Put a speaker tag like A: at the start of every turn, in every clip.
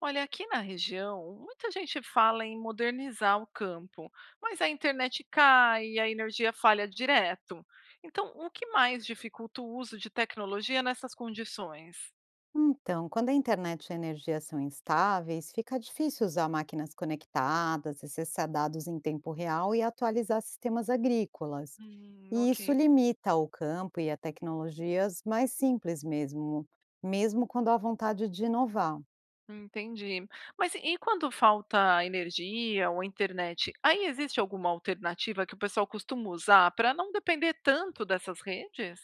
A: Olha, aqui na região, muita gente fala em modernizar o campo, mas a internet cai e a energia falha direto. Então, o que mais dificulta o uso de tecnologia nessas condições?
B: Então, quando a internet e a energia são instáveis, fica difícil usar máquinas conectadas, acessar dados em tempo real e atualizar sistemas agrícolas. E
A: Ok,
B: isso limita o campo e a tecnologias mais simples mesmo, mesmo quando há vontade de inovar.
A: entendi. Mas e quando falta energia ou internet? Aí existe alguma alternativa que o pessoal costuma usar para não depender tanto dessas redes?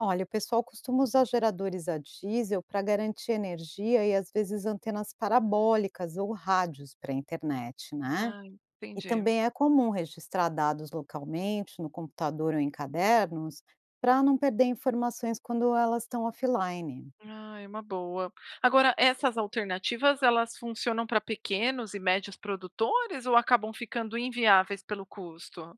B: Olha, o pessoal costuma usar geradores a diesel para garantir energia e às vezes antenas parabólicas ou rádios para a internet, né?
A: Ah,
B: E
A: entendi.
B: também é comum registrar dados localmente, no computador ou em cadernos, para não perder informações quando elas estão offline.
A: Ah, é uma boa. Agora, essas alternativas, elas funcionam para pequenos e médios produtores ou acabam ficando inviáveis pelo custo?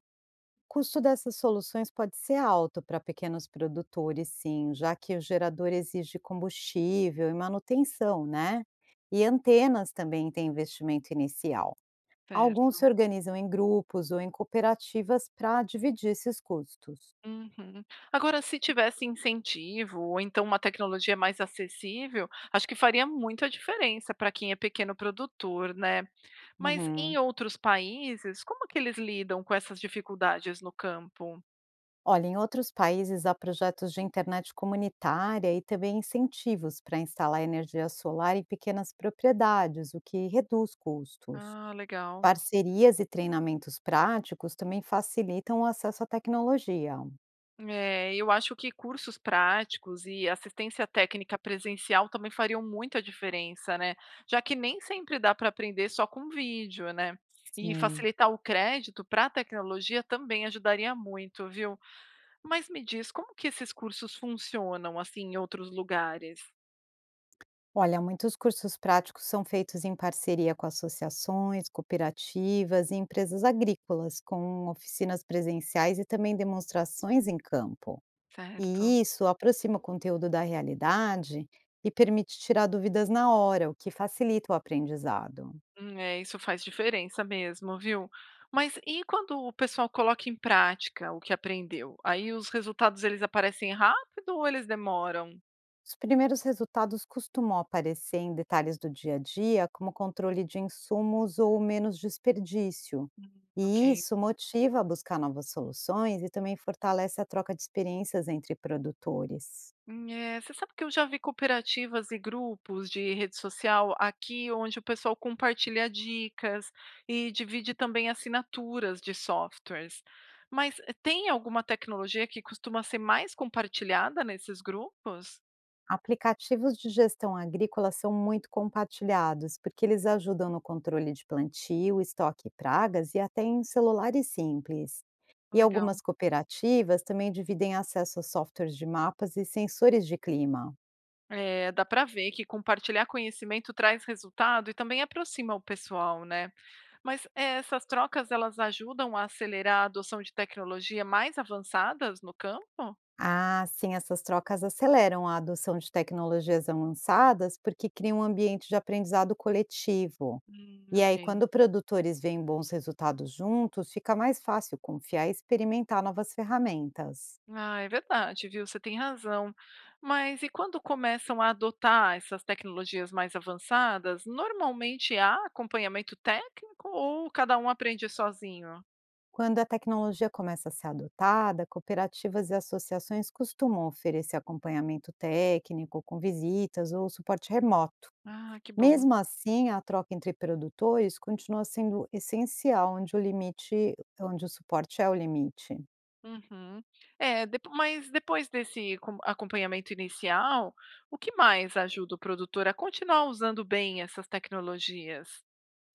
B: O custo dessas soluções pode ser alto para pequenos produtores, sim, já que o gerador exige combustível e manutenção, né? E antenas também têm investimento inicial.
A: Certo.
B: Alguns se organizam em grupos ou em cooperativas para dividir esses custos.
A: Uhum. Agora, se tivesse incentivo ou então uma tecnologia mais acessível, acho que faria muita diferença para quem é pequeno produtor, né? Mas em
B: Uhum.
A: outros países, como que eles lidam com essas dificuldades no campo?
B: Olha, em outros países há projetos de internet comunitária e também incentivos para instalar energia solar em pequenas propriedades, o que reduz custos.
A: Ah, legal.
B: Parcerias e treinamentos práticos também facilitam o acesso à tecnologia.
A: É, eu acho que cursos práticos e assistência técnica presencial também fariam muita diferença, né? Já que nem sempre dá para aprender só com vídeo, né? E
B: Sim.
A: facilitar o crédito para a tecnologia também ajudaria muito, viu? Mas me diz, como que esses cursos funcionam assim em outros lugares,
B: Olha, muitos cursos práticos são feitos em parceria com associações, cooperativas e empresas agrícolas, com oficinas presenciais e também demonstrações em campo.
A: certo?
B: E isso aproxima o conteúdo da realidade e permite tirar dúvidas na hora, o que facilita o aprendizado.
A: É, isso faz diferença mesmo, viu? Mas e quando o pessoal coloca em prática o que aprendeu? Aí os resultados eles aparecem rápido ou eles demoram?
B: Os primeiros resultados costumam aparecer em detalhes do dia a dia, como controle de insumos ou menos desperdício.
A: Ok.
B: E isso motiva a buscar novas soluções e também fortalece a troca de experiências entre produtores.
A: Você sabe que eu já vi cooperativas e grupos de rede social aqui onde o pessoal compartilha dicas e divide também assinaturas de softwares. Mas tem alguma tecnologia que costuma ser mais compartilhada nesses grupos?
B: Aplicativos de gestão agrícola são muito compartilhados, porque eles ajudam no controle de plantio, estoque e pragas e até em celulares simples. E
A: Legal.
B: algumas cooperativas também dividem acesso a softwares de mapas e sensores de clima.
A: É, dá para ver que compartilhar conhecimento traz resultado e também aproxima o pessoal, né? Mas essas trocas elas ajudam a acelerar a adoção de tecnologia mais avançadas no campo?
B: Ah, sim, essas trocas aceleram a adoção de tecnologias avançadas porque criam um ambiente de aprendizado coletivo. E
A: Ok.
B: aí, quando produtores veem bons resultados juntos, fica mais fácil confiar e experimentar novas ferramentas.
A: Ah, é verdade, viu? Você tem razão. Mas e quando começam a adotar essas tecnologias mais avançadas, normalmente há acompanhamento técnico ou cada um aprende sozinho?
B: Quando a tecnologia começa a ser adotada, cooperativas e associações costumam oferecer acompanhamento técnico, com visitas ou suporte remoto.
A: Ah, que bom.
B: Mesmo assim, a troca entre produtores continua sendo essencial, onde o suporte é o limite.
A: Uhum. É, mas depois desse acompanhamento inicial, o que mais ajuda o produtor a continuar usando bem essas tecnologias?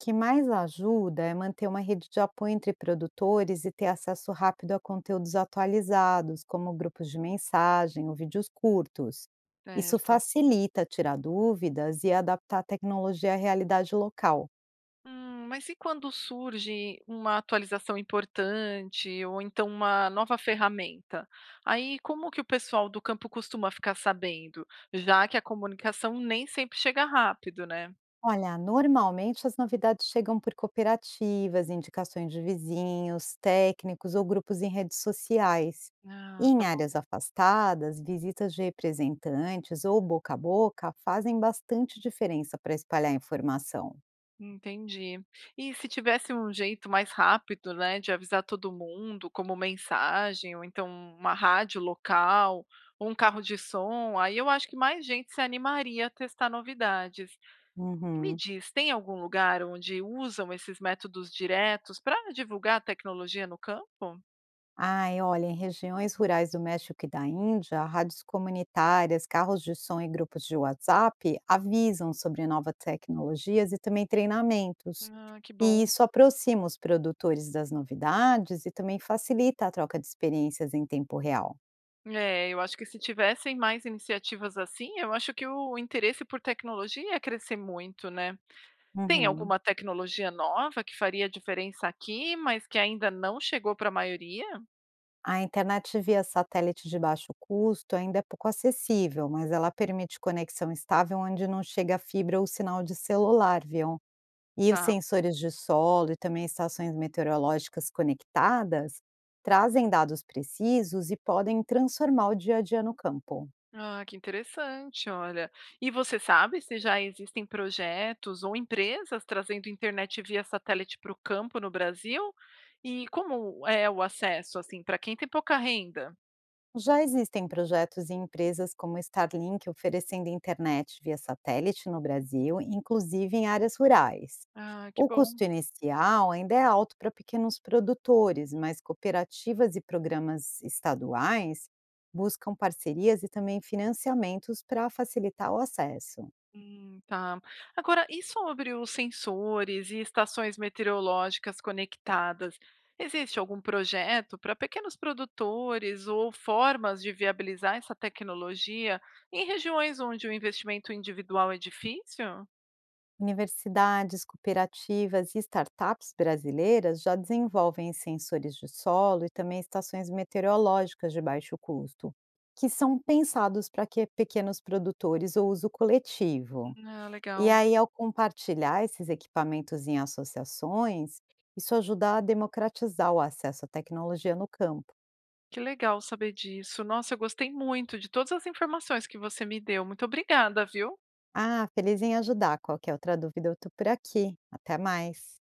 B: O que mais ajuda é manter uma rede de apoio entre produtores e ter acesso rápido a conteúdos atualizados, como grupos de mensagem ou vídeos curtos. Isso
A: Certo.
B: facilita tirar dúvidas e adaptar a tecnologia à realidade local.
A: Mas e quando surge uma atualização importante ou então uma nova ferramenta? Aí como que o pessoal do campo costuma ficar sabendo? Já que a comunicação nem sempre chega rápido, né?
B: Olha, normalmente as novidades chegam por cooperativas, indicações de vizinhos, técnicos ou grupos em redes sociais. E
A: Ah, tá
B: em
A: bom,
B: áreas afastadas, visitas de representantes ou boca a boca fazem bastante diferença para espalhar informação.
A: entendi. E se tivesse um jeito mais rápido, né, de avisar todo mundo, como mensagem, ou então uma rádio local, ou um carro de som, aí eu acho que mais gente se animaria a testar novidades. E me
B: Uhum.
A: diz, tem algum lugar onde usam esses métodos diretos para divulgar a tecnologia no campo?
B: Ai, olha, em regiões rurais do México e da Índia, rádios comunitárias, carros de som e grupos de WhatsApp avisam sobre novas tecnologias e também treinamentos.
A: Ah, que
B: E
A: bom.
B: isso aproxima os produtores das novidades e também facilita a troca de experiências em tempo real.
A: É, eu acho que se tivessem mais iniciativas assim, eu acho que o interesse por tecnologia ia crescer muito, né? Tem
B: Uhum.
A: alguma tecnologia nova que faria diferença aqui, mas que ainda não chegou para a maioria?
B: A internet via satélite de baixo custo ainda é pouco acessível, mas ela permite conexão estável onde não chega fibra ou sinal de celular, viu? E os
A: Tá.
B: sensores de solo e também estações meteorológicas conectadas trazem dados precisos e podem transformar o dia a dia no campo.
A: Ah, que interessante, olha. E você sabe se já existem projetos ou empresas trazendo internet via satélite para o campo no Brasil? E como é o acesso, assim, para quem tem pouca renda?
B: Já existem projetos e empresas como Starlink oferecendo internet via satélite no Brasil, inclusive em áreas rurais.
A: Ah, que
B: O
A: bom.
B: custo inicial ainda é alto para pequenos produtores, mas cooperativas e programas estaduais buscam parcerias e também financiamentos para facilitar o acesso.
A: Tá. Agora, e sobre os sensores e estações meteorológicas conectadas? Existe algum projeto para pequenos produtores ou formas de viabilizar essa tecnologia em regiões onde o investimento individual é difícil?
B: Universidades, cooperativas e startups brasileiras já desenvolvem sensores de solo e também estações meteorológicas de baixo custo, que são pensados para que pequenos produtores ou uso coletivo.
A: Ah,
B: E
A: legal.
B: aí, ao compartilhar esses equipamentos em associações, isso ajuda a democratizar o acesso à tecnologia no campo.
A: Que legal saber disso. Nossa, eu gostei muito de todas as informações que você me deu. Muito obrigada, viu?
B: Ah, feliz em ajudar. Qualquer outra dúvida, eu estou por aqui. Até mais.